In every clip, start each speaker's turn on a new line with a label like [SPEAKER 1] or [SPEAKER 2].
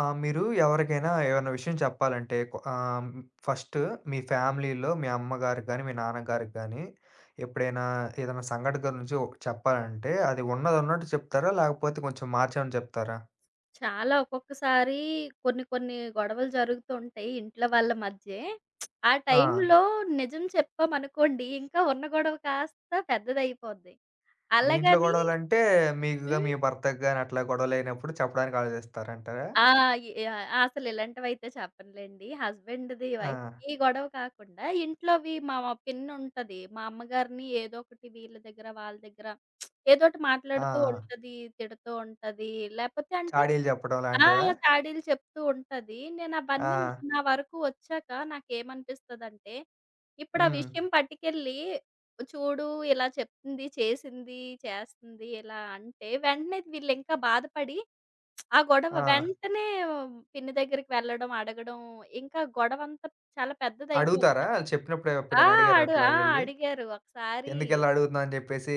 [SPEAKER 1] ఆ! మీరు ఎవరికైనా ఏవన్నా విషయం చెప్పాలంటే ఫస్ట్ మీ ఫ్యామిలీలో మీ అమ్మగారికి గాని, మీ నాన్నగారికి గాని ఎప్పుడైనా ఏదైనా సంఘటన గురించి చెప్పాలంటే అది ఉన్నదున్నట్టు చెప్తారా? లేకపోతే కొంచెం మార్చామని చెప్తారా?
[SPEAKER 2] చాలా ఒక్కొక్కసారి కొన్ని కొన్ని గొడవలు జరుగుతుంటాయి ఇంట్లో వాళ్ళ మధ్యే. ఆ
[SPEAKER 1] ఆ!
[SPEAKER 2] టైంలో నిజం చెప్పామనుకోండి, ఇంకా ఉన్న గొడవ కాస్త పెద్దదయిపోద్ది.
[SPEAKER 1] మీ ఇంట్లో
[SPEAKER 2] అలాగని
[SPEAKER 1] గొడవలంటే మీకుగా
[SPEAKER 2] హ్మ్.
[SPEAKER 1] మీ భర్తకి గాని అట్లా గొడవలైనప్పుడు చెప్పడానికి ఆలోచిస్తారంటారా?
[SPEAKER 2] ఆ! య అసలు ఇలాంటివైతే చెప్పనులేండి. హస్బెండ్‌ది,
[SPEAKER 1] ఆ!
[SPEAKER 2] వైఫ్‌ది ఈ గొడవ కాకుండా ఇంట్లోవి మా పిన్నుంటది. మా అమ్మగారిని ఏదో ఒకటి వీళ్ళ దగ్గర, వాళ్ళ దగ్గర ఏదోటి
[SPEAKER 1] ఆ!
[SPEAKER 2] మాట్లాడుతూ ఉంటది, తిడుతూ ఉంటది. లేపోతే అంటే
[SPEAKER 1] చాడీలు చెప్పడం
[SPEAKER 2] ఆ!
[SPEAKER 1] లాంటివా?
[SPEAKER 2] చాడీలు చెప్తూ ఉంటది. నేనవన్నీ
[SPEAKER 1] ఆ!
[SPEAKER 2] నా వరకు వచ్చాక నాకేమనిపిస్తదంటే, ఇప్పుడు ఆ
[SPEAKER 1] హ్మ్.
[SPEAKER 2] విషయం పట్టుకెళ్ళి చూడు ఇలా చెప్తుంది, చేసింది, చేస్తుంది ఇలా అంటే, వెంటనే వీళ్ళింకా బాధపడి ఆ గొడవ
[SPEAKER 1] ఆ!
[SPEAKER 2] వెంటనే పిన్ని దగ్గరికి వెళ్ళడం, అడగడం ఇంకా గొడవంతా చాలా పెద్దదయిపోద్ది
[SPEAKER 1] అడుగుతారా?
[SPEAKER 2] కదా!
[SPEAKER 1] ఆళ్ళు చెప్పినప్పుడు
[SPEAKER 2] ఆ!
[SPEAKER 1] ఎప్పుడైనా అడిగారా
[SPEAKER 2] ఆ!
[SPEAKER 1] అట్లాగెళ్లి?
[SPEAKER 2] అడిగారు ఒకసారి.
[SPEAKER 1] ఎందుకిలా అడుగుతున్నావు అని చెప్పేసి,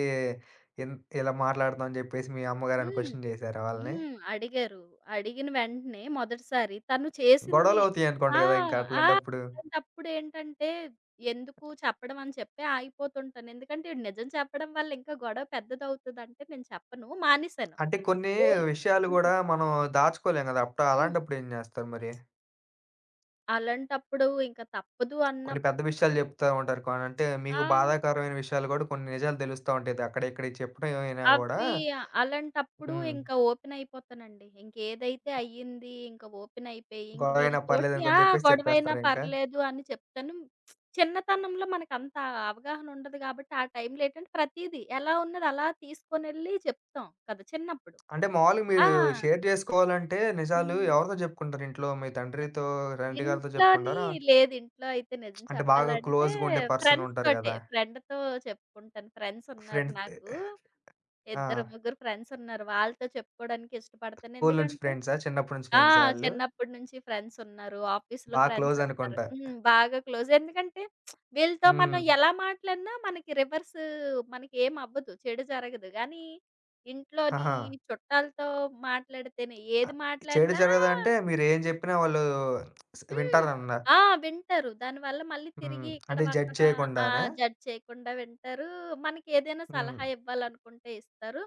[SPEAKER 1] ఇన్ ఇలా మాట్లాడుతున్నావు అని చెప్పేసి మీ అమ్మగారని
[SPEAKER 2] హ్మ్.
[SPEAKER 1] క్వెషన్ చేసారా వాళ్ళని?
[SPEAKER 2] హ్మ్. అడిగారు. అడిగిన వెంటనే మొదటిసారి తను చేసింది
[SPEAKER 1] గొడవలవుతాయనుకోండి
[SPEAKER 2] ఆ!
[SPEAKER 1] గదా! ఇంక
[SPEAKER 2] ఆ!
[SPEAKER 1] అట్లాంటప్పుడు?
[SPEAKER 2] అలాంటప్పుడేంటంటే ఎందుకు చెప్పడం అని చెప్పి ఆగిపోతుంటాను. ఎందుకంటే ఈడు నిజం చెప్పడం వల్ల ఇంకా గొడవ పెద్దదవుతదంటే నేను చెప్పను. మానేశాను.
[SPEAKER 1] అంటే కొన్ని
[SPEAKER 2] ఓర్
[SPEAKER 1] విషయాలు
[SPEAKER 2] హ్మ్.
[SPEAKER 1] గూడా మనం దాచుకోలేం గదా! అప్పుడు
[SPEAKER 2] హ్మ్.
[SPEAKER 1] అలాంటప్పుడు ఏం జేస్తారు మరి?
[SPEAKER 2] అలాంటప్పుడు ఇంక తప్పదు
[SPEAKER 1] కొన్ని
[SPEAKER 2] అన్నప్పుడు
[SPEAKER 1] పెద్ద విషయాలు జెప్తా ఉంటారు. అంటే
[SPEAKER 2] ఆ!
[SPEAKER 1] మీకు బాధాకరమైన విషయాలు గూడా కొన్ని నిజాలు తెలుస్తా ఉంటాయి. అక్కడ ఇక్కడ చెప్పడం ఏమైనా గూడా
[SPEAKER 2] అవ్వి అలాంటప్పుడు
[SPEAKER 1] హ్మ్.
[SPEAKER 2] ఇంకా ఓపెన్ అయిపోతానండి. ఇంకేదైతే అయ్యింది ఇంక ఓపెన్ అయిపోయి, ఇంక
[SPEAKER 1] గొడవైనా
[SPEAKER 2] వీళ్ళతోటి
[SPEAKER 1] పర్లేదనుకోని
[SPEAKER 2] ఆ!
[SPEAKER 1] జెప్పేసి
[SPEAKER 2] గొడవైనా
[SPEAKER 1] చెప్పేస్తారా ఇంకా?
[SPEAKER 2] పర్లేదు అని చెప్తాను. చిన్నతనంలో మనకంత అవగాహన ఉండదు కాబట్టి, ఆ టైంలో ఏంటంటే ప్రతీదీ ఎలా ఉన్నది అలా తీసుకొనెళ్ళి చెప్తాం కదా చిన్నప్పుడు.
[SPEAKER 1] అంటే మామూలుగా మీరు
[SPEAKER 2] ఆ!
[SPEAKER 1] షేర్ జేసుకోవాలంటే నిజాలు
[SPEAKER 2] హ్మ్.
[SPEAKER 1] ఎవరితో జెప్పుకుంటారు ఇంట్లో? మీ తండ్రితో, తండ్రి గారితో
[SPEAKER 2] ఇంట్లోని
[SPEAKER 1] జెప్పుకుంటారా?
[SPEAKER 2] లేదు. ఇంట్లో అయితే నిజం
[SPEAKER 1] అంటే బాగా
[SPEAKER 2] చెప్పాలంటే
[SPEAKER 1] క్లోజ్‌గా ఉండే పర్సన్
[SPEAKER 2] ఫ్రెండ్స్
[SPEAKER 1] ఉంటారు
[SPEAKER 2] తోటే.
[SPEAKER 1] గదా!
[SPEAKER 2] ఫ్రెండ్‌తో చెప్పుకుంటాను. ఫ్రెండ్స్ ఉన్నారు
[SPEAKER 1] ఫ్రెండ్స్.
[SPEAKER 2] నాకు.
[SPEAKER 1] ఆ!
[SPEAKER 2] ఇద్దరు, ముగ్గురు ఫ్రెండ్స్ ఉన్నారు. వాళ్ళతో చెప్పుకోవడానికి ఇష్టపడతాను.
[SPEAKER 1] స్కూలు నుంచి
[SPEAKER 2] ఎందుకంటే
[SPEAKER 1] ఫ్రెండ్సా? చిన్నప్పటి నుంచి
[SPEAKER 2] ఆ!
[SPEAKER 1] ఫ్రెండ్సా ఆళ్ళు?
[SPEAKER 2] చిన్నప్పటి నుంచి ఫ్రెండ్స్ ఉన్నారు. ఆఫీస్‌లో
[SPEAKER 1] బా
[SPEAKER 2] ఫ్రెండ్స్
[SPEAKER 1] క్లోజ్
[SPEAKER 2] ఉన్నారు.
[SPEAKER 1] అనుకుంటా.
[SPEAKER 2] హ్మ్. బాగా క్లోజ్. ఎందుకంటే వీళ్ళతో మనం
[SPEAKER 1] హ్మ్.
[SPEAKER 2] ఎలా మాట్లాడినా మనకి రివర్స్ మనకి ఏం అవ్వదు. చెడు జరగదు. కానీ ఇంట్లోని
[SPEAKER 1] ఆహా!
[SPEAKER 2] చుట్టాలతో మాట్లాడితేనే ఏది
[SPEAKER 1] ఆహ్, చెడు
[SPEAKER 2] మాట్లాడినా
[SPEAKER 1] జరగదంటే మీరేం జెప్పినా వాళ్ళు
[SPEAKER 2] హ్మ్.
[SPEAKER 1] వింటారన్నా.
[SPEAKER 2] ఆ! వింటారు. దానివల్ల మళ్ళీ
[SPEAKER 1] హ్మ్.
[SPEAKER 2] తిరిగి ఇక్కడ
[SPEAKER 1] అంటే జడ్జ్
[SPEAKER 2] అక్కడ ఆ!
[SPEAKER 1] చేయకుండానా?
[SPEAKER 2] జడ్జ్ చేయకుండా వింటారు. మనకేదైనా
[SPEAKER 1] హ్మ్.
[SPEAKER 2] సలహా ఇవ్వాలనుకుంటే ఇస్తారు.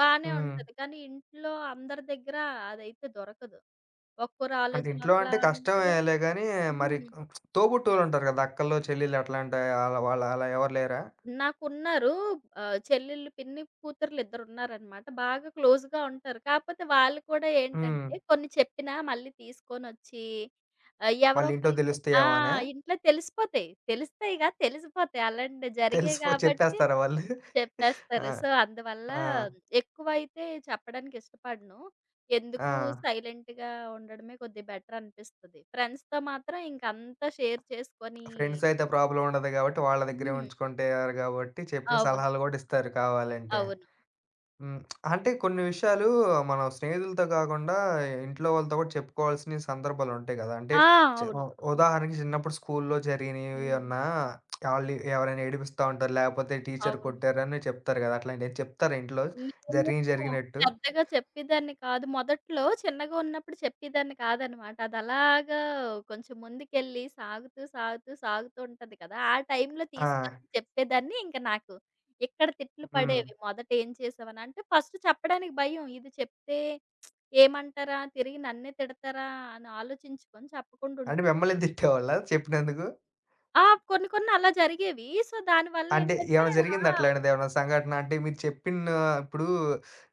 [SPEAKER 2] బానే
[SPEAKER 1] హ్మ్.
[SPEAKER 2] ఉంటది. కానీ ఇంట్లో అందరి దగ్గర అదైతే దొరకదు. ఒక్కొరి
[SPEAKER 1] అంటే
[SPEAKER 2] ఆలోచన
[SPEAKER 1] ఇంట్లో
[SPEAKER 2] ఒకలా
[SPEAKER 1] అంటే
[SPEAKER 2] ఉంటది.
[SPEAKER 1] కష్టమేలే గానీ మరి
[SPEAKER 2] హ్మ్.
[SPEAKER 1] తోబుట్టువులుంటారు గదా! అక్కలు, చెల్లెలు అట్లాంటి ఆళ్ళ వాళ్ళ అలా ఎవరు లేరా?
[SPEAKER 2] నాకున్నారు. ఆహ్, చెల్లెళ్ళు, పిన్ని, కూతుర్లిద్దరున్నారనమాట. బాగా క్లోజ్‌గా ఉంటారు. కాపోతే వాళ్ళు కూడా
[SPEAKER 1] హ్మ్.
[SPEAKER 2] ఏంటంటే కొన్ని చెప్పినా మళ్ళీ తీసుకొనొచ్చి ఆహ్, ఎవరో
[SPEAKER 1] వాళ్ళింట్లో
[SPEAKER 2] ఒకళ్ళకి ఆ!
[SPEAKER 1] దెలుస్తాయేమోనా?
[SPEAKER 2] ఇంట్లో తెలిసిపోతాయి. తెలుస్తాయిగా తెలిసిపోతాయి. అలాంటివి జరిగాయి కాబట్టి
[SPEAKER 1] చెప్పేస్తారా వాళ్ళు? ఆ!
[SPEAKER 2] చెప్పేస్తారు. సో, అందువల్ల
[SPEAKER 1] ఆ!
[SPEAKER 2] ఎక్కువైతే చెప్పడానికి ఇష్టపడను. ఎందుకు
[SPEAKER 1] ఆ!
[SPEAKER 2] సైలెంట్‌గా ఉండడమే కొద్దిగా బెటర్ అనిపిస్తది. ఫ్రెండ్స్‌తో మాత్రం ఇంకంతా షేర్ చేసుకొని
[SPEAKER 1] ఫ్రెండ్స్ అయితే ప్రాబ్లమ్ ఉండదు గాబట్టి, వాళ్ళ దగ్గరే
[SPEAKER 2] హ్మ్.
[SPEAKER 1] ఉంచుకుంటారు గాబట్టి, చెప్పిన
[SPEAKER 2] అవును.
[SPEAKER 1] సలహాలు గూడా ఇస్తారు కావాలంటే.
[SPEAKER 2] అవును.
[SPEAKER 1] హ్మ్. అంటే కొన్ని విషయాలు మనం స్నేహితులతో కాకుండా, ఇంట్లో వాళ్ళతో గూడా చెప్పుకోవాల్సిన సందర్భాలుంటాయి గదా! అంటే
[SPEAKER 2] ఆ!
[SPEAKER 1] చ ఉ
[SPEAKER 2] అవును.
[SPEAKER 1] ఉదాహరణకి చిన్నప్పుడు స్కూల్లో జరిగినవి
[SPEAKER 2] హ్మ్.
[SPEAKER 1] అన్నా ఆళ్ళు ఎవరైనా ఏడిపిస్తా ఉంటారు, లేపోతే టీచర్
[SPEAKER 2] అవును.
[SPEAKER 1] కొట్టారని చెప్తారు గదా! అట్లాంటియేమైనా చెప్తారా ఇంట్లో
[SPEAKER 2] నేను
[SPEAKER 1] జరిగినయి జరిగినట్టు?
[SPEAKER 2] పెద్దగా చెప్పేదాన్ని కాదు. మొదట్లో చిన్నగా ఉన్నప్పుడు చెప్పేదాన్ని కాదనమాట. అదలాగా కొంచెం ముందుకెళ్ళి సాగుతూ ఉంటది కదా! ఆ టైంలో
[SPEAKER 1] ఆ!
[SPEAKER 2] తీసుకొచ్చి చెప్పేదాన్ని. ఇంక నాకు ఇక్కడ తిట్లు
[SPEAKER 1] హ్మ్.
[SPEAKER 2] పడేవి. మొదట ఏం చేసావని అంటే ఫస్ట్ చెప్పడానికి భయం. ఇది చెప్తే ఏమంటారా? తిరిగి నన్నే తిడతారా? అని ఆలోచించుకొని చెప్పకుండా
[SPEAKER 1] అంటే
[SPEAKER 2] ఉండిపోయా.
[SPEAKER 1] మిమ్మల్ని తిట్టేవాళ్ళా చెప్పినందుకు?
[SPEAKER 2] ఆ! కొన్ని కొన్ని అలా జరిగేవి. సో, దానివల్ల
[SPEAKER 1] అంటే
[SPEAKER 2] ఏంటంటే
[SPEAKER 1] ఏమైనా జరిగిందా
[SPEAKER 2] ఆ!
[SPEAKER 1] అట్లాంటిది ఏమైనా సంఘటన? అంటే మీరు చెప్పిన ఇప్పుడు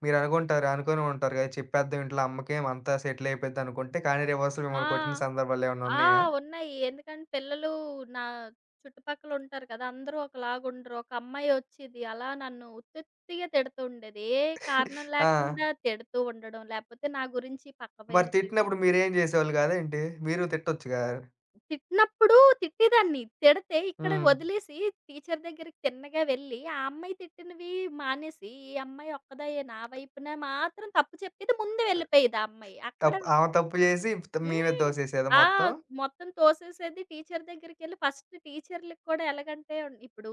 [SPEAKER 1] మీరనుకుంటారు, అనుకోనే ఉంటారు కదా! చెప్పేద్దాం ఇంట్లో అమ్మకేం అంతా సెటిల్ అయిపోద్ది అనుకుంటే, కానీ రివర్స్‌లో
[SPEAKER 2] ఆ!
[SPEAKER 1] మిమ్మల్ని కొట్టిన సందర్భాలేమన్నా
[SPEAKER 2] ఆ!
[SPEAKER 1] ఉన్నాయా?
[SPEAKER 2] ఉన్నాయి. ఎందుకంటే పిల్లలు నా చుట్టుపక్కల ఉంటారు కదా! అందరూ ఒకలాగుండరు. ఒక అమ్మాయి వచ్చేది అలా నన్ను ఉత్తుత్తిగా తిడుతూ ఉండేది. ఏ కారణం
[SPEAKER 1] ఆ!
[SPEAKER 2] లేకుండా తిడుతూ ఉండడం. లేకపోతే నా గురించి పక్క
[SPEAKER 1] మరి
[SPEAKER 2] పేరుతలు
[SPEAKER 1] తిట్టినప్పుడు మీరేం చేసేవాళ్ళు కాదేంటి? మీరు తిట్టొచ్చుగా?
[SPEAKER 2] తిట్టినప్పుడు తిట్టేదాన్ని. తిడితే ఇక్కడ
[SPEAKER 1] హ్మ్.
[SPEAKER 2] వదిలేసి టీచర్ దగ్గరికి తిన్నగా వెళ్ళి, ఆ అమ్మాయి తిట్టినవి మానేసి, ఈ అమ్మాయి ఒక్కదాయే నా వైపున మాత్రం తప్పు చెప్పేది. ముందు వెళ్ళిపోయేది ఆ అమ్మాయి. అక్కడ
[SPEAKER 1] తప్పు ఆమె తప్పు చేసి మీ మీద
[SPEAKER 2] హ్మ్.
[SPEAKER 1] దోసేసేదా
[SPEAKER 2] ఆ!
[SPEAKER 1] మొత్తం?
[SPEAKER 2] మొత్తం తోసేసేది. టీచర్ దగ్గరికెళ్ళి ఫస్ట్ టీచర్‌లకి కూడా ఎలాగంటే ఇప్పుడు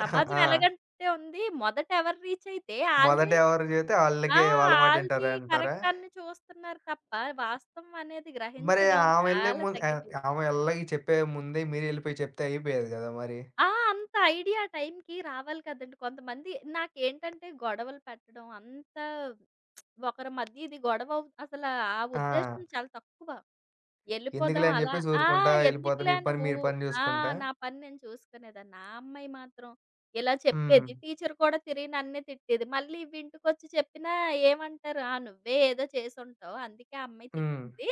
[SPEAKER 2] సమాజం
[SPEAKER 1] ఆ!
[SPEAKER 2] ఎలాగంటే ఉంది. మొదట ఎవరు రీచ్ అయితే
[SPEAKER 1] మొదట
[SPEAKER 2] ఆళ్ళదే
[SPEAKER 1] ఎవరు చెబితే
[SPEAKER 2] ఆ!
[SPEAKER 1] ఆళ్ళకే వాళ్ళ మాట
[SPEAKER 2] ఆళ్ళది
[SPEAKER 1] వింటారా అంటారా?
[SPEAKER 2] కరెక్ట్ అని చూస్తున్నారు తప్ప వాస్తవం అనేది
[SPEAKER 1] మరి
[SPEAKER 2] గ్రహించడం
[SPEAKER 1] ఆమె ఎళ్ళే
[SPEAKER 2] చాలా
[SPEAKER 1] ముందు
[SPEAKER 2] తగ్గిపోయింది.
[SPEAKER 1] ఆమె ఎళ్ళకి చెప్పే ముందే మీరెళ్ళిపోయి చెప్తే అయిపోయేది కదా మరి?
[SPEAKER 2] ఆ! అంత ఐడియా ఆ టైంకి రావాలి కదండీ! కొంతమంది నాకేంటంటే గొడవలు పెట్టడం అంత ఒకరి మధ్య ఇది గొడవ అసల ఆ
[SPEAKER 1] ఆ!
[SPEAKER 2] ఉద్దేశ్యం చాలా తక్కువ.
[SPEAKER 1] ఎందుకులే
[SPEAKER 2] ఎళ్ళిపోదాం
[SPEAKER 1] అని
[SPEAKER 2] అలా
[SPEAKER 1] జెప్పేసి
[SPEAKER 2] ఆ!
[SPEAKER 1] ఊరుకుంటా ఎళ్ళిపోతా. మీ
[SPEAKER 2] ఎందుకులే
[SPEAKER 1] పని
[SPEAKER 2] నువ్వు
[SPEAKER 1] మీరు పని
[SPEAKER 2] ఆ!
[SPEAKER 1] జూసుకుంటా.
[SPEAKER 2] నా పని నేను చూసుకునేదాన్ని. నా అమ్మాయి మాత్రం ఇలా
[SPEAKER 1] హ్మ్.
[SPEAKER 2] చెప్పేది. టీచర్ కూడా తిరిగి నన్నే తిట్టేది. మళ్ళీ ఇవి ఇంటికొచ్చి చెప్పినా ఏమంటారు? "ఆ! నువ్వే ఏదో చేసుంటావు. అందుకే ఆ అమ్మాయి
[SPEAKER 1] హ్మ్.
[SPEAKER 2] తిట్టింది."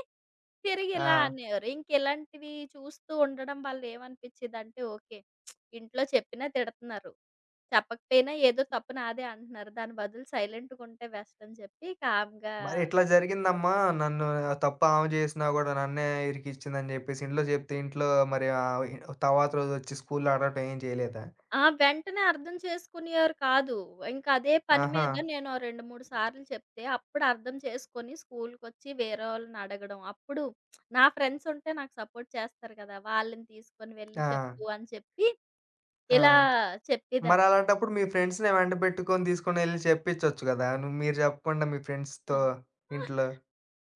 [SPEAKER 2] తిరిగి ఇలా
[SPEAKER 1] ఆ!
[SPEAKER 2] అనేవారు. ఇంకిలాంటివి చూస్తూ ఉండడం వల్ల ఏమనిపిచ్చేదంటే ఓకే. ఇంట్లో చెప్పినా తిడతన్నారు. చెప్పకపోయినా ఏదో తప్పు నాదే అంటున్నారు. దాని బదులు సైలెంట్‌గుంటే బెస్ట్ అని చెప్పి కామ్‌గా
[SPEAKER 1] మరి ఇట్లా జరిగిందమ్మా. నన్ను తప్పు ఆమె జేసినా గూడా నన్నే ఇరికిచ్చిందని జెప్పేసి ఇంట్లో జెప్తే ఇంట్లో మరి తర్వాత రోజొచ్చి స్కూల్‌లో అడగటం ఏం చేయలేదా?
[SPEAKER 2] ఆ! వెంటనే అర్థం చేసుకునేవారు కాదు. ఇంకా అదే పని
[SPEAKER 1] ఆహా!
[SPEAKER 2] మీద నేను ఓ 2, 3 సార్లు చెప్తే అప్పుడు అర్థం చేసుకొని స్కూలుకొచ్చి వేరే వాళ్ళని అడగడం. అప్పుడు నా ఫ్రెండ్స్ ఉంటే నాకు సపోర్ట్ చేస్తారు కదా! వాళ్ళని తీసుకొని వెళ్లి
[SPEAKER 1] ఆ!
[SPEAKER 2] చెప్పు అని చెప్పి
[SPEAKER 1] ఆ!
[SPEAKER 2] ఇలా చెప్పేదాన్ని.
[SPEAKER 1] మరలాంటప్పుడు మీ ఫ్రెండ్స్‌ని వెంట బెట్టుకొని తీసుకొనెళ్లి చెప్పిచ్చొచ్చు గదా! మీరు జెప్పకుండా మీ
[SPEAKER 2] ఆ!
[SPEAKER 1] ఫ్రెండ్స్‌తో ఇంట్లో.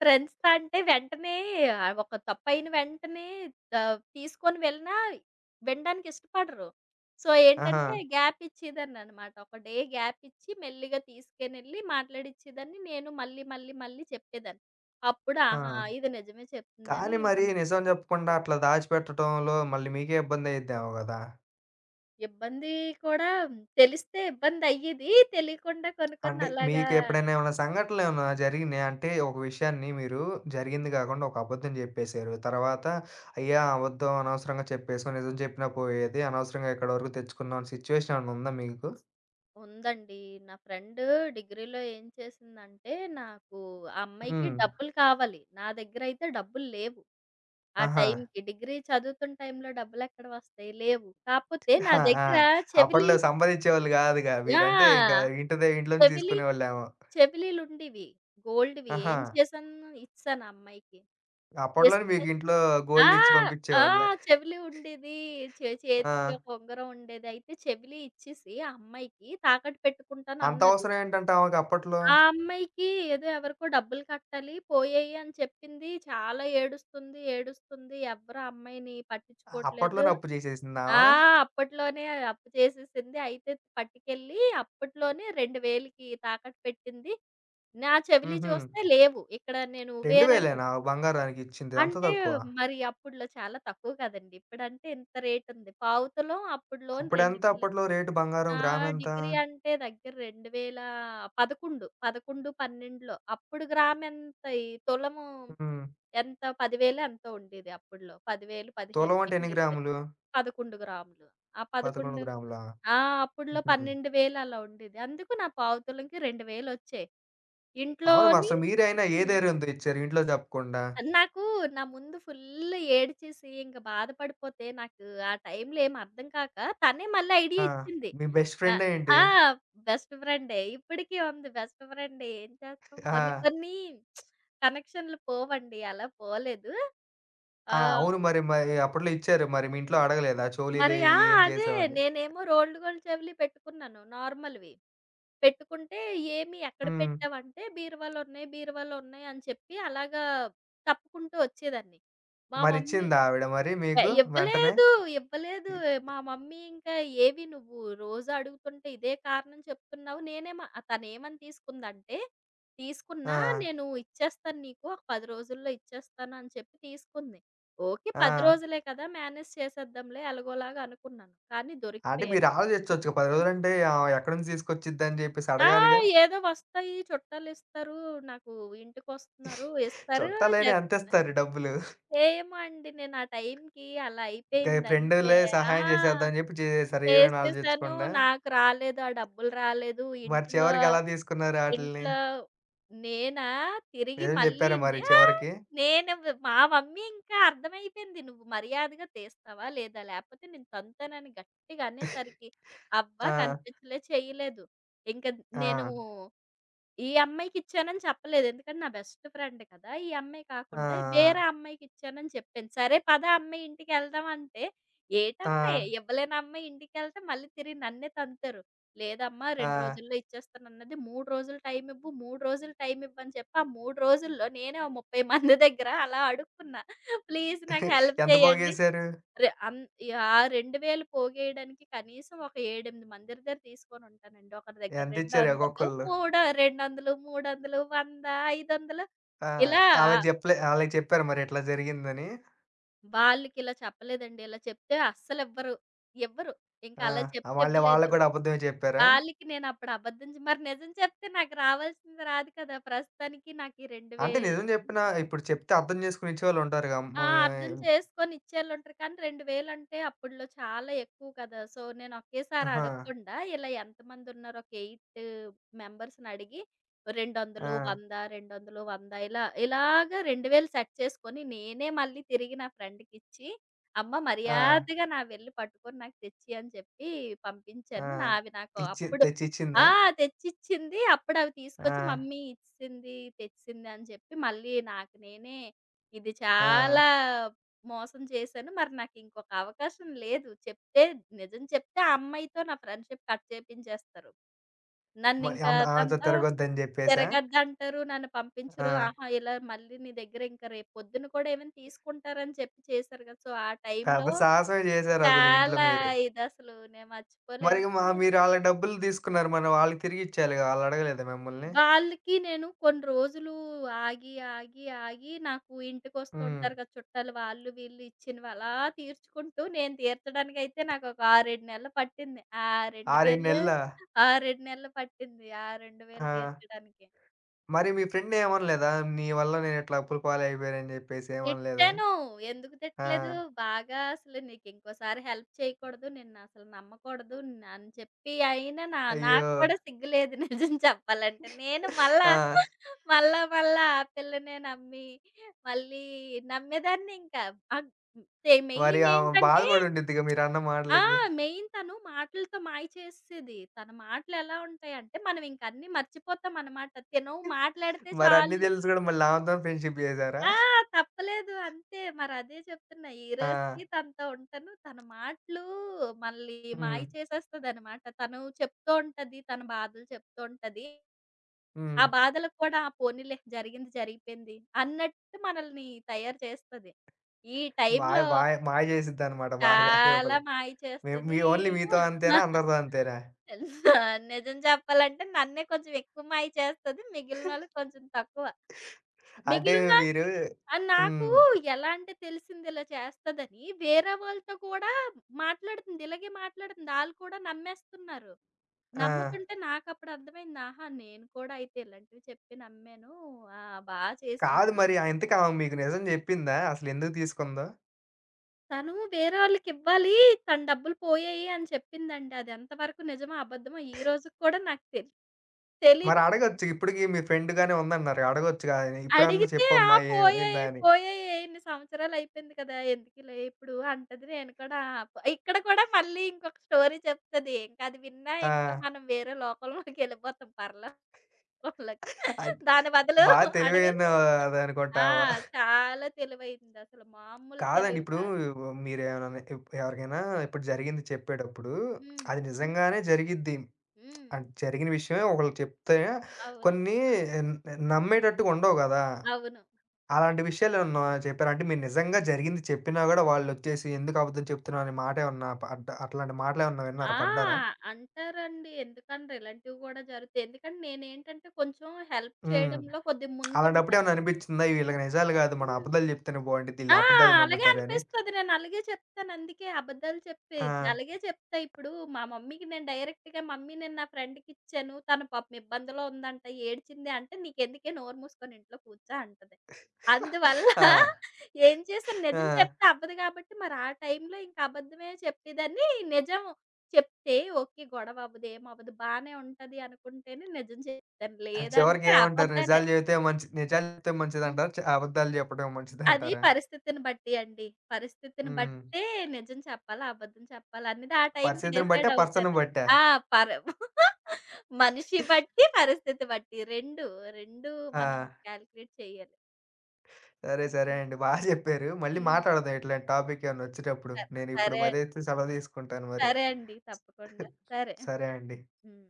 [SPEAKER 2] ఫ్రెండ్స్ అంటే వెంటనే ఆహ్, ఒక తప్పైన వెంటనే ఆహ్, తీసుకొని వెళ్ళినా వినడానికి ఇష్టపడరు. సో,
[SPEAKER 1] ఆహా!
[SPEAKER 2] ఏంటంటే గ్యాప్ ఇచ్చేదాన్ననమాట. ఒక డే గ్యాప్ ఇచ్చి మెల్లిగా తీసుకొనెళ్ళి మాట్లాడిచ్చేదాన్ని. నేను మళ్ళీ చెప్పేదాన్ని. అప్పుడు
[SPEAKER 1] ఆ!
[SPEAKER 2] ఆహా! ఇది నిజమే చెప్తుందని
[SPEAKER 1] కానీ మరి
[SPEAKER 2] అప్పుడు
[SPEAKER 1] నిజం జెప్పకుండా అట్లా దాచిపెట్టటంలో మళ్ళీ మీకే ఇబ్బందయిద్దేమో గదా!
[SPEAKER 2] ఇబ్బంది కూడా తెలిస్తే ఇబ్బందయ్యేది. తెలియకుండా కొన్ని కొన్ని
[SPEAKER 1] అంటే
[SPEAKER 2] అలాగా
[SPEAKER 1] మీకెప్పుడైనా ఏమైనా సంఘటనలేమన్నా జరిగినాయా? అంటే ఒక విషయాన్ని మీరు జరిగింది గాకుండా ఒక అబద్ధం జెప్పేసారు. తర్వాత అయ్యా! అబద్ధం అనవసరంగా చెప్పేసాం. నిజం చెప్పినా పోయేది. అనవసరంగా ఇక్కడి వరకు తెచ్చుకున్నాం సిచ్యువేషన్ ఏమన్నా ఉందా మీకు?
[SPEAKER 2] ఉందండి. నా ఫ్రెండ్ డిగ్రీలో ఏం చేసిందంటే, నాకు ఆ అమ్మాయికి
[SPEAKER 1] హ్మ్.
[SPEAKER 2] డబ్బులు కావాలి. నా దగ్గరయితే డబ్బులు లేవు. ఆ
[SPEAKER 1] ఆహా!
[SPEAKER 2] టైంకి డిగ్రీ చదువుతున్న టైంలో డబ్బులెక్కడ వస్తాయి? లేవు. కాపోతే నా
[SPEAKER 1] ఆ! ఆ!
[SPEAKER 2] దగ్గర
[SPEAKER 1] అప్పట్లో
[SPEAKER 2] చెవిలీలు
[SPEAKER 1] సంపాదించేవాళ్ళు గాదుగా. మీరంటే ఇంకా
[SPEAKER 2] ఆ!
[SPEAKER 1] ఇంటిదే ఇంట్లో నుంచి
[SPEAKER 2] చెవిలీ
[SPEAKER 1] తీసుకునేవాళ్ళేమో.
[SPEAKER 2] చెవిలీలుండివి. గోల్డ్‌వి.
[SPEAKER 1] ఆహా!
[SPEAKER 2] ఏం చేశాను? ఇచ్చేశాను ఆ అమ్మాయికి.
[SPEAKER 1] అప్పట్లోనే
[SPEAKER 2] ఇస్తే
[SPEAKER 1] మీకు ఇంట్లో
[SPEAKER 2] ఆ!
[SPEAKER 1] గోల్డ్ ఇచ్చి
[SPEAKER 2] ఆ!
[SPEAKER 1] పంపించేవాళ్ళే.
[SPEAKER 2] చెవిలీ ఉండేది. చేతికి
[SPEAKER 1] ఆ!
[SPEAKER 2] ఒక ఉంగరం ఉండేది. అయితే చెవిలీ ఇచ్చేసి ఆ అమ్మాయికి తాకట్టు
[SPEAKER 1] అంత
[SPEAKER 2] పెట్టుకుంటానన్నది.
[SPEAKER 1] అవసరం ఏంటంట ఆమెకి అప్పట్లో?
[SPEAKER 2] ఆ అమ్మాయికి ఏదో ఎవరికో డబ్బులు కట్టాలి, పోయాయి అని చెప్పింది. చాలా ఏడుస్తుంది. ఎవ్వరు ఆ అమ్మాయిని పట్టించుకోవట్లేదు.
[SPEAKER 1] అప్పట్లోనే అప్పు జేసేసిందామ?
[SPEAKER 2] ఆ! అప్పట్లోనే అప్పు చేసేసింది. అయితే పట్టుకెళ్ళి అప్పట్లోనే 2,000కి తాకట్టు పెట్టింది. నా చెవిలి
[SPEAKER 1] హుహు.
[SPEAKER 2] చూస్తే లేవు. ఇక్కడ నేను వేరేవి
[SPEAKER 1] 2,000ఏనా బంగారానికి ఇచ్చింది? అంత
[SPEAKER 2] అంటే
[SPEAKER 1] తక్కువ?
[SPEAKER 2] మరి అప్పుడులో చాలా తక్కువ కదండీ! ఇప్పుడంటే ఇంత రేటుంది. పావుతొలం అప్పుడు లోన్
[SPEAKER 1] అప్పుడెంత
[SPEAKER 2] 2,000.
[SPEAKER 1] అప్పట్లో రేటు బంగారం
[SPEAKER 2] నా
[SPEAKER 1] గ్రామెంత?
[SPEAKER 2] డిగ్రీ అంటే దగ్గర 2011 11, 12 అప్పుడు గ్రామ్ ఎంత ఈ తులము
[SPEAKER 1] హ్మ్.
[SPEAKER 2] ఎంత 10,000 ఎంతో ఉండేది అప్పట్లో. 10,000,
[SPEAKER 1] తులం అంటే
[SPEAKER 2] 15,000
[SPEAKER 1] ఎన్ని
[SPEAKER 2] ఉండేది.
[SPEAKER 1] గ్రాములు?
[SPEAKER 2] 11 గ్రాములు. ఆ
[SPEAKER 1] 11
[SPEAKER 2] 11
[SPEAKER 1] గ్రాములా?
[SPEAKER 2] ఆ! అప్పట్లో
[SPEAKER 1] హుహు.
[SPEAKER 2] 12,000 అలా ఉండేది. అందుకు నా పావు తులంకి 2,000 వచ్చాయి.
[SPEAKER 1] అవును. మరి
[SPEAKER 2] ఇంట్లోని
[SPEAKER 1] అసలు మీరైనా ఏ
[SPEAKER 2] హ్మ్.
[SPEAKER 1] ధైర్యంతో ఇచ్చారు ఇంట్లో చెప్పకుండా?
[SPEAKER 2] నాకు నా ముందు ఫుల్ ఏడ్చేసి ఇంక బాధపడిపోతే నాకు ఆ టైంలో ఏమి అర్థం కాక తనే మళ్ళీ ఐడియా
[SPEAKER 1] ఆ!
[SPEAKER 2] ఇచ్చింది.
[SPEAKER 1] మీ బెస్ట్
[SPEAKER 2] ఆహ్,
[SPEAKER 1] ఫ్రెండా ఏంటి?
[SPEAKER 2] ఆ! బెస్ట్ ఫ్రెండే. ఇప్పటికి ఉంది బెస్ట్ ఫ్రెండే. ఏం చేస్తాం కొన్ని
[SPEAKER 1] ఆ!
[SPEAKER 2] కొన్ని కనెక్షన్‌లు పోవండి. అలా పోలేదు.
[SPEAKER 1] ఆ!
[SPEAKER 2] ఆ!
[SPEAKER 1] అవును. మరి మరి అప్పట్లో ఇచ్చారు. మరి మీ ఇంట్లో
[SPEAKER 2] హ్మ్.
[SPEAKER 1] అడగలేదా?
[SPEAKER 2] మరి
[SPEAKER 1] చోలీలియి
[SPEAKER 2] ఆ!
[SPEAKER 1] ఏం
[SPEAKER 2] అదే
[SPEAKER 1] చేశావని?
[SPEAKER 2] నేనేమో రోల్డ్ గోల్డ్ చెవులు పెట్టుకున్నాను నార్మల్‌వి. పెట్టుకుంటే ఏమి ఎక్కడ
[SPEAKER 1] హ్మ్.
[SPEAKER 2] పెట్టావంటే, "బీరువాలో ఉన్నాయి" అని చెప్పి అలాగా తప్పుకుంటూ వచ్చేదాన్ని. మా మమ్మీ
[SPEAKER 1] మరిచ్చిందా ఆవిడ మరి
[SPEAKER 2] "బె
[SPEAKER 1] మీకు వెంటనే?
[SPEAKER 2] ఇవ్వలేదు, ఇవ్వలేదు"
[SPEAKER 1] ఇ
[SPEAKER 2] ఏ, మా మమ్మీ ఇంకా "ఏవి నువ్వు రోజు అడుగుతుంటే ఇదే కారణం చెప్తున్నావు." తనేమని తీసుకుందంటే,
[SPEAKER 1] ఆ!
[SPEAKER 2] "తీసుకున్నా నేను ఇచ్చేస్తాను నీకు, ఒక 10 రోజుల్లో ఇచ్చేస్తాను" అని చెప్పి తీసుకుంది. ఓకే 10
[SPEAKER 1] ఆ!
[SPEAKER 2] రోజులే కదా! మేనేజ్ చేసేద్దాంలే ఎలాగోలాగా అనుకున్నాను. కానీ
[SPEAKER 1] అంటే
[SPEAKER 2] దొరికిపోయాను.
[SPEAKER 1] మీరు ఆలోచించొచ్చుగా 10
[SPEAKER 2] హ్మ్.
[SPEAKER 1] రోజులంటే ఆమె ఎక్కడి నుంచి తీసుకొచ్చిద్దని చెప్పేసి
[SPEAKER 2] ఆ!
[SPEAKER 1] అడగాలిగా?
[SPEAKER 2] ఏదో వస్తాయి చుట్టాలిస్తారు. నాకు ఇంటికొస్తున్నారు, ఇస్తారు
[SPEAKER 1] చుట్టాలైనా
[SPEAKER 2] చెప్తున్నా.
[SPEAKER 1] అంతేస్తారు డబ్బులు.
[SPEAKER 2] ఏమో అండి నేను ఆ టైంకి అలా
[SPEAKER 1] ఇంకా
[SPEAKER 2] అయిపోయిందంతే.
[SPEAKER 1] ఫ్రెండులే
[SPEAKER 2] ఆ!
[SPEAKER 1] సహాయం చేసేద్దాం అని చెప్పి చేసేసారు ఏమని
[SPEAKER 2] చేసేసాను.
[SPEAKER 1] ఆలోచించకుండా.
[SPEAKER 2] నాకు రాలేదు. ఆ డబ్బులు రాలేదు.
[SPEAKER 1] మరి
[SPEAKER 2] ఇంట్లో
[SPEAKER 1] చివరికి ఎలా తీసుకున్నారు ఆటిల్ని?
[SPEAKER 2] ఇంట్లో నేనా తిరిగి
[SPEAKER 1] నిజం
[SPEAKER 2] మళ్ళీ
[SPEAKER 1] చెప్పారా మరి
[SPEAKER 2] ఆ!
[SPEAKER 1] చివరికి?
[SPEAKER 2] నేను మా మమ్మీ ఇంకా అర్థమైపోయింది. "నువ్వు మర్యాదగా తీస్తావా? లేదా? లేపోతే నేను తంతానని" గట్టిగా అనేసరికి అవ్వ
[SPEAKER 1] ఆ!
[SPEAKER 2] కనిపించలే, చేయలేదు. ఇంక
[SPEAKER 1] ఆ!
[SPEAKER 2] నేను ఈ అమ్మాయికిచ్చానని చెప్పలేదు. ఎందుకంటే నా బెస్ట్ ఫ్రెండ్ కదా! ఈ అమ్మాయి కాకుండా వేరే
[SPEAKER 1] ఆ!
[SPEAKER 2] అమ్మాయికిచ్చానని చెప్పాను. సరే పద అమ్మాయి ఇంటికెళ్దాం అంటే,
[SPEAKER 1] ఆ!
[SPEAKER 2] ఏటమ్మాయి?
[SPEAKER 1] ఆ!
[SPEAKER 2] ఇవ్వలేని అమ్మాయి ఇంటికెళ్తే మళ్ళీ తిరిగి నన్నే తంతారు. లేదమ్మా
[SPEAKER 1] ఆ!
[SPEAKER 2] 2 రోజుల్లో ఇచ్చేస్తానన్నది. 3 రోజులు టైం ఇవ్వు, 3 రోజులు టైం ఇవ్వని చెప్పి, ఆ 3 రోజుల్లో నేనే ఓ 30 మంది దగ్గర అలా అడుక్కున్నా. ప్లీజ్ నాకు హెల్ప్
[SPEAKER 1] ఎంత
[SPEAKER 2] చేయండి.
[SPEAKER 1] పోగేశారు?
[SPEAKER 2] రె అన్ ఆ 2,000 పోగేయడానికి కనీసం ఒక 7, 8 మంది దగ్గర తీసుకొనుంటానండి. ఒకరి దగ్గర
[SPEAKER 1] ఎంతిచ్చారు
[SPEAKER 2] 200,
[SPEAKER 1] ఒక్కొక్కళ్ళు?
[SPEAKER 2] 200, 300, 100, 500
[SPEAKER 1] ఆ!
[SPEAKER 2] ఇలా
[SPEAKER 1] ఆళ్ళకి చెప్పారా మరి ఇట్లా జరిగిందని?
[SPEAKER 2] వాళ్ళకిలా చెప్పలేదండి. ఇలా చెప్తే అస్సలివ్వరు. ఇవ్వరు. ఇంకా
[SPEAKER 1] ఆ!
[SPEAKER 2] అలా చెప్తే
[SPEAKER 1] మళ్ళీ వాళ్ళు
[SPEAKER 2] ఇవ్వలేదు.
[SPEAKER 1] కూడా అబద్ధమే చెప్పారా?
[SPEAKER 2] వాళ్ళకి నేనప్పుడు అబద్ధం మరి నిజం చెప్తే నాకు రావాల్సింది రాదు కదా! ప్రస్తుతానికి నాకు ఈ
[SPEAKER 1] అంటే
[SPEAKER 2] 2,000
[SPEAKER 1] నిజం చెప్పినా ఇప్పుడు చెప్తే అర్థం చేసుకుని ఇచ్చేవాళ్ళుంటారుగా
[SPEAKER 2] ఆ!
[SPEAKER 1] అమ్మో!
[SPEAKER 2] అర్థం చేసుకొని ఇచ్చేళ్ళుంటారు. కానీ 2,000 అంటే అప్పట్లో చాలా ఎక్కువ కదా! సో, నేను ఒకేసారి
[SPEAKER 1] ఆహా!
[SPEAKER 2] అడగకుండా ఇలా ఎంతమంది ఉన్నారో ఒక 8 మెంబర్స్‌ని అడిగి
[SPEAKER 1] ఆ!
[SPEAKER 2] 200, 100, 200, 100 ఇలా ఇలాగా 2,000 సెట్ చేసుకొని నేనే మళ్ళీ తిరిగి నా ఫ్రెండ్‌కిచ్చి, అమ్మ
[SPEAKER 1] ఆ!
[SPEAKER 2] మర్యాదగా నావెళ్ళి పట్టుకొని నాకు తెచ్చియి అని చెప్పి
[SPEAKER 1] ఆ!
[SPEAKER 2] పంపించాను. నావి నాకు
[SPEAKER 1] ఇచ్చి
[SPEAKER 2] అప్పుడు ఆ!
[SPEAKER 1] తెచ్చిచ్చిందా?
[SPEAKER 2] తెచ్చిచ్చింది. అప్పుడు అవి తీసుకొచ్చి
[SPEAKER 1] ఆ!
[SPEAKER 2] మమ్మీ ఇచ్చేసింది, తెచ్చేసింది అని చెప్పి మళ్ళీ నాకు నేనే ఇది
[SPEAKER 1] ఆ!
[SPEAKER 2] చాలా మోసం చేశాను. మరి నాకింకొక అవకాశం లేదు. చెప్తే నిజం చెప్తే ఆ అమ్మాయితో నా ఫ్రెండ్‌షిప్ కట్ చేపించేస్తారు.
[SPEAKER 1] మరి
[SPEAKER 2] నన్నింకా
[SPEAKER 1] ఆమె ఆమెతో
[SPEAKER 2] తనతో
[SPEAKER 1] తిరగొద్దని జెప్పేసా?
[SPEAKER 2] తిరగద్దంటారు. నన్ను
[SPEAKER 1] ఆ!
[SPEAKER 2] పంపించరు. ఆహా! ఇలా మళ్ళీ నీ దగ్గర ఇంకా రేపు పొద్దున కూడా ఏమైనా తీసుకుంటారని చెప్పి చేశారు కదా! సో, ఆ టైంలో
[SPEAKER 1] పెద్ద సాహసమే జేసారసలు ఇంట్లో
[SPEAKER 2] చాలా
[SPEAKER 1] మీరు.
[SPEAKER 2] ఇదసలు నేను
[SPEAKER 1] మరి
[SPEAKER 2] మర్చిపోలేను. ఆ!
[SPEAKER 1] మీరు ఆళ్ళ డబ్బులు తీసుకున్నారు. మరి వాళ్ళకి తిరిగిచ్చేయాలిగా! ఆళ్ళడగలేదా మిమ్మల్ని?
[SPEAKER 2] వాళ్ళకి నేను కొన్ని రోజులు ఆగి నాకు
[SPEAKER 1] హ్మ్.
[SPEAKER 2] ఇంటికొస్తుంటారు కదా చుట్టాలు వాళ్ళు, వీళ్ళు ఇచ్చినవి అలా తీర్చుకుంటూ నేను తీర్చడానికైతే నాకొక 6, 7 నెలలు పట్టింది. ఆ
[SPEAKER 1] 6, 7
[SPEAKER 2] 2,000
[SPEAKER 1] నెలలా?
[SPEAKER 2] ఆ 2 నెలలు పట్టింది. ఆ
[SPEAKER 1] ఆ!
[SPEAKER 2] 2,000 తీర్చడానికి.
[SPEAKER 1] మరి మీ ఫ్రెండ్ ఏమనలేదా? నీ వల్ల నేనిట్లా అప్పుల పాలయిపోయానని జెప్పేసి ఏమనలేదా?
[SPEAKER 2] తిట్టాను. ఎందుకు
[SPEAKER 1] ఆ!
[SPEAKER 2] తిట్టలేదు? బాగా అసలు నీకింకోసారి హెల్ప్ చేయకూడదు. నిన్నసలు నమ్మకూడదు అని చెప్పి అయినా నా నాకు
[SPEAKER 1] అయ్యో!
[SPEAKER 2] కూడా సిగ్గులేదు నిజం చెప్పాలంటే. నేను మళ్ళా,
[SPEAKER 1] ఆ!
[SPEAKER 2] మళ్ళా, మళ్ళా ఆ పిల్లనే నమ్మి మళ్ళీ నమ్మేదాన్ని ఇంకా. అగ్
[SPEAKER 1] మరి
[SPEAKER 2] మెయిన్
[SPEAKER 1] ఆమె
[SPEAKER 2] ఏంటంటే
[SPEAKER 1] బాధపడుండిద్దిగా మీరన్న
[SPEAKER 2] ఆ!
[SPEAKER 1] మాటలకి.
[SPEAKER 2] మెయిన్ తను మాటలతో మాయ చేసేసేది. తన మాటలెలా ఉంటాయంటే, మనం ఇంక అన్నీ మర్చిపోతామనమాట. తిను మాట్లాడితే
[SPEAKER 1] మరి అన్నీ
[SPEAKER 2] చాలు
[SPEAKER 1] తెలిసి గూడా మళ్ళీ ఆమెతోనే ఫ్రెండ్‌షిప్ జేసారా?
[SPEAKER 2] ఆ! తప్పలేదు అంతే. మరదే చెప్తున్నా. ఈ
[SPEAKER 1] ఆ!
[SPEAKER 2] రోజుకి తనతో ఉంటాను. తన మాటలు మనల్ని మాయ
[SPEAKER 1] హ్మ్.
[SPEAKER 2] చేసేస్తదనమాట. తను చెప్తూ ఉంటది. తన బాధలు చెప్తూ ఉంటది. ఆ
[SPEAKER 1] హ్మ్.
[SPEAKER 2] బాధలకు కూడా ఆ పోనీలే జరిగింది జరిగిపోయింది అన్నట్టు మనల్ని తయారు చేస్తది. ఈ
[SPEAKER 1] మాయ
[SPEAKER 2] టైంలో
[SPEAKER 1] మాయ మాయ చేసిద్దనమాట బాగా లోపల.
[SPEAKER 2] చాలా మాయ
[SPEAKER 1] మేము మీ
[SPEAKER 2] చేస్తది.
[SPEAKER 1] ఓన్లీ మీతో అంతేనా? అందరితో అంతేనా?
[SPEAKER 2] నిజం చెప్పాలంటే నన్నే కొంచెం ఎక్కువ మాయ చేస్తది. మిగిలినోళ్ళకి కొంచెం తక్కువ.
[SPEAKER 1] అంటే
[SPEAKER 2] మిగిలిన
[SPEAKER 1] మీరు
[SPEAKER 2] ఆ!
[SPEAKER 1] హ్మ్.
[SPEAKER 2] నాకు ఎలా అంటే తెలిసింది ఇలా చేస్తదని. వేరే వాళ్ళతో కూడా మాట్లాడుతుంది. ఇలాగే మాట్లాడుతుంది. ఆళ్ళు కూడా నమ్మేస్తున్నారు.
[SPEAKER 1] ఆ!
[SPEAKER 2] నమ్ముతుంటే నాకప్పుడు అర్థమైంది. ఆహా! నేను కూడా అయితే ఇలాంటివి చెప్పి నమ్మాను. ఆ! బా చేసింది.
[SPEAKER 1] కాదు మరి ఆ ఇంతకి ఆమె మీకు నిజం జెప్పిందా? అసలెందుకు తీసుకుందో?
[SPEAKER 2] తను వేరే వాళ్ళకివ్వాలి. తన డబ్బులు పోయాయి అని చెప్పిందండి. అది ఎంతవరకు నిజమో అబద్ధమో ఈ రోజుకి కూడా నాకు
[SPEAKER 1] మరి
[SPEAKER 2] తెలీదు.
[SPEAKER 1] అడగొచ్చు. ఇప్పటికి మీ ఫ్రెండ్‌గానే ఉందన్నారు. అడగొచ్చుగా ఇప్పుడన్నా
[SPEAKER 2] అడిగితే ఆ!
[SPEAKER 1] చెప్పమ్మా ఏమైందా
[SPEAKER 2] పోయాయి,
[SPEAKER 1] అని.
[SPEAKER 2] పోయాయి ఇన్ని సంవత్సరాలయిపోయింది కదా! ఎందుకులే ఇప్పుడు అంటది. నేను కూడా ఇక్కడ కూడా మళ్ళీ ఇంకొక స్టోరీ చెప్తది. ఇంక అది విన్నా ఇంకా
[SPEAKER 1] ఆ!
[SPEAKER 2] మనం వేరే లోకంలోకెళ్ళిపోతాం పరలోకంలోకి.
[SPEAKER 1] అద్
[SPEAKER 2] దాని బదులు
[SPEAKER 1] బా
[SPEAKER 2] అడగం
[SPEAKER 1] తెలివైనదనుకుంటా
[SPEAKER 2] ఆ!
[SPEAKER 1] ఆమె.
[SPEAKER 2] చాలా తెలివైందసలు. మామూలు
[SPEAKER 1] కాదండి
[SPEAKER 2] తెలివి
[SPEAKER 1] ఇప్పుడు
[SPEAKER 2] కాదు.
[SPEAKER 1] మీరేమన్నా ఎవరికైనా ఇప్పుడు జరిగింది చెప్పేటప్పుడు
[SPEAKER 2] హ్మ్.
[SPEAKER 1] అది నిజంగానే జరిగిద్ది.
[SPEAKER 2] హ్మ్.
[SPEAKER 1] అది జరిగిన విషయమే ఒకళ్ళు చెప్తే
[SPEAKER 2] అవును.
[SPEAKER 1] కొన్ని న్ నమ్మేటట్టుగా ఉండవు గదా!
[SPEAKER 2] అవును.
[SPEAKER 1] అలాంటి విషయాలేమన్నా చెప్పారా? అంటే మీరు నిజంగా జరిగింది చెప్పినా గూడా వాళ్ళొచ్చేసి ఎందుకు అబద్ధం చెప్తున్నావు అనే మాటేమన్నా పడ్డ అట్లాంటి మాటలేమన్నా
[SPEAKER 2] ఆ!
[SPEAKER 1] విన్నారా? పడ్డారా?
[SPEAKER 2] అంటారండి. ఎందుకనరు? ఇలాంటివి గూడా జరుగుతాయి. ఎందుకంటే నేనేంటంటే కొంచెం హెల్ప్
[SPEAKER 1] హ్మ్.
[SPEAKER 2] చేయడంలో కొద్దిగా ముందుంటాను.
[SPEAKER 1] అలాంటప్పుడేమన్నా అనిపిచ్చిందా? వీళ్ళకి నిజాలు గాదు. మనం
[SPEAKER 2] హ్మ్.
[SPEAKER 1] అబద్ధాలు చెప్తేనే బావుండిద్ది. ఈళ్ళు
[SPEAKER 2] ఆ!
[SPEAKER 1] అబద్ధాలే
[SPEAKER 2] అలాగే
[SPEAKER 1] నమ్ముతారని?
[SPEAKER 2] అనిపిస్తది. నేను అలాగే చెప్తాను. అందుకే అబద్ధాలు
[SPEAKER 1] ఆ!
[SPEAKER 2] చెప్పేయచ్చు. అలాగే చెప్తా ఇప్పుడు మా మమ్మీకి నేను డైరెక్ట్‌గా మమ్మీ నేను నా ఫ్రెండ్‌కిచ్చాను. తను పాపం ఇబ్బందిలో ఉందంట, ఏడ్చింది అంటే, "నీకెందుకే నోరు మూసుకొని ఇంట్లో కూర్చో" అంటది. అందువల్ల
[SPEAKER 1] ఆ!
[SPEAKER 2] ఏం చేశాను నిజం
[SPEAKER 1] ఆ!
[SPEAKER 2] చెప్తే అవ్వదు కాబట్టి మరి ఆ టైంలో ఇంక అబద్ధమే చెప్పేదాన్ని. నిజం చెప్తే ఓకే. గొడవ అవ్వదు, ఏమవ్వదు బానే ఉంటది అనుకుంటేనే నిజం చెప్తాను.
[SPEAKER 1] అది చివరికి
[SPEAKER 2] లేదంటే
[SPEAKER 1] ఏమంటారు?
[SPEAKER 2] అబద్ధాలే.
[SPEAKER 1] నిజాలు చెప్తే మంచిదంటారా? అబద్ధాలు చెప్పడం
[SPEAKER 2] అది
[SPEAKER 1] మంచిదంటారా?
[SPEAKER 2] పరిస్థితిని బట్టి అండి. పరిస్థితిని
[SPEAKER 1] హ్మ్.
[SPEAKER 2] బట్టే నిజం చెప్పాలా? అబద్ధం చెప్పాలా? అనేది ఆ టైంకి
[SPEAKER 1] పరిస్థితిని బట్టా?
[SPEAKER 2] డిసైడ్
[SPEAKER 1] పర్సన్‌ని
[SPEAKER 2] అవుతాను.
[SPEAKER 1] బట్టా?
[SPEAKER 2] ఆ! పర మనిషి బట్టి, పరిస్థితి బట్టి 2
[SPEAKER 1] ఆ!
[SPEAKER 2] మనం కాలిక్యులేట్ చేయాలి.
[SPEAKER 1] సరే. సరే
[SPEAKER 2] హ్మ్.
[SPEAKER 1] అండి. బా జెప్పారు. మళ్ళీ
[SPEAKER 2] హ్మ్.
[SPEAKER 1] మాట్లాడదాం ఇట్లాంటి టాపిక్ ఏమన్నా ఒచ్చేటప్పుడు.
[SPEAKER 2] సరే.
[SPEAKER 1] నేనిప్పుడు
[SPEAKER 2] సరే.
[SPEAKER 1] మరైతే సెలవు తీసుకుంటాను మరి.
[SPEAKER 2] సరే అండి. తప్పకుండా. సరే.
[SPEAKER 1] సరే అండి.
[SPEAKER 2] హ్మ్.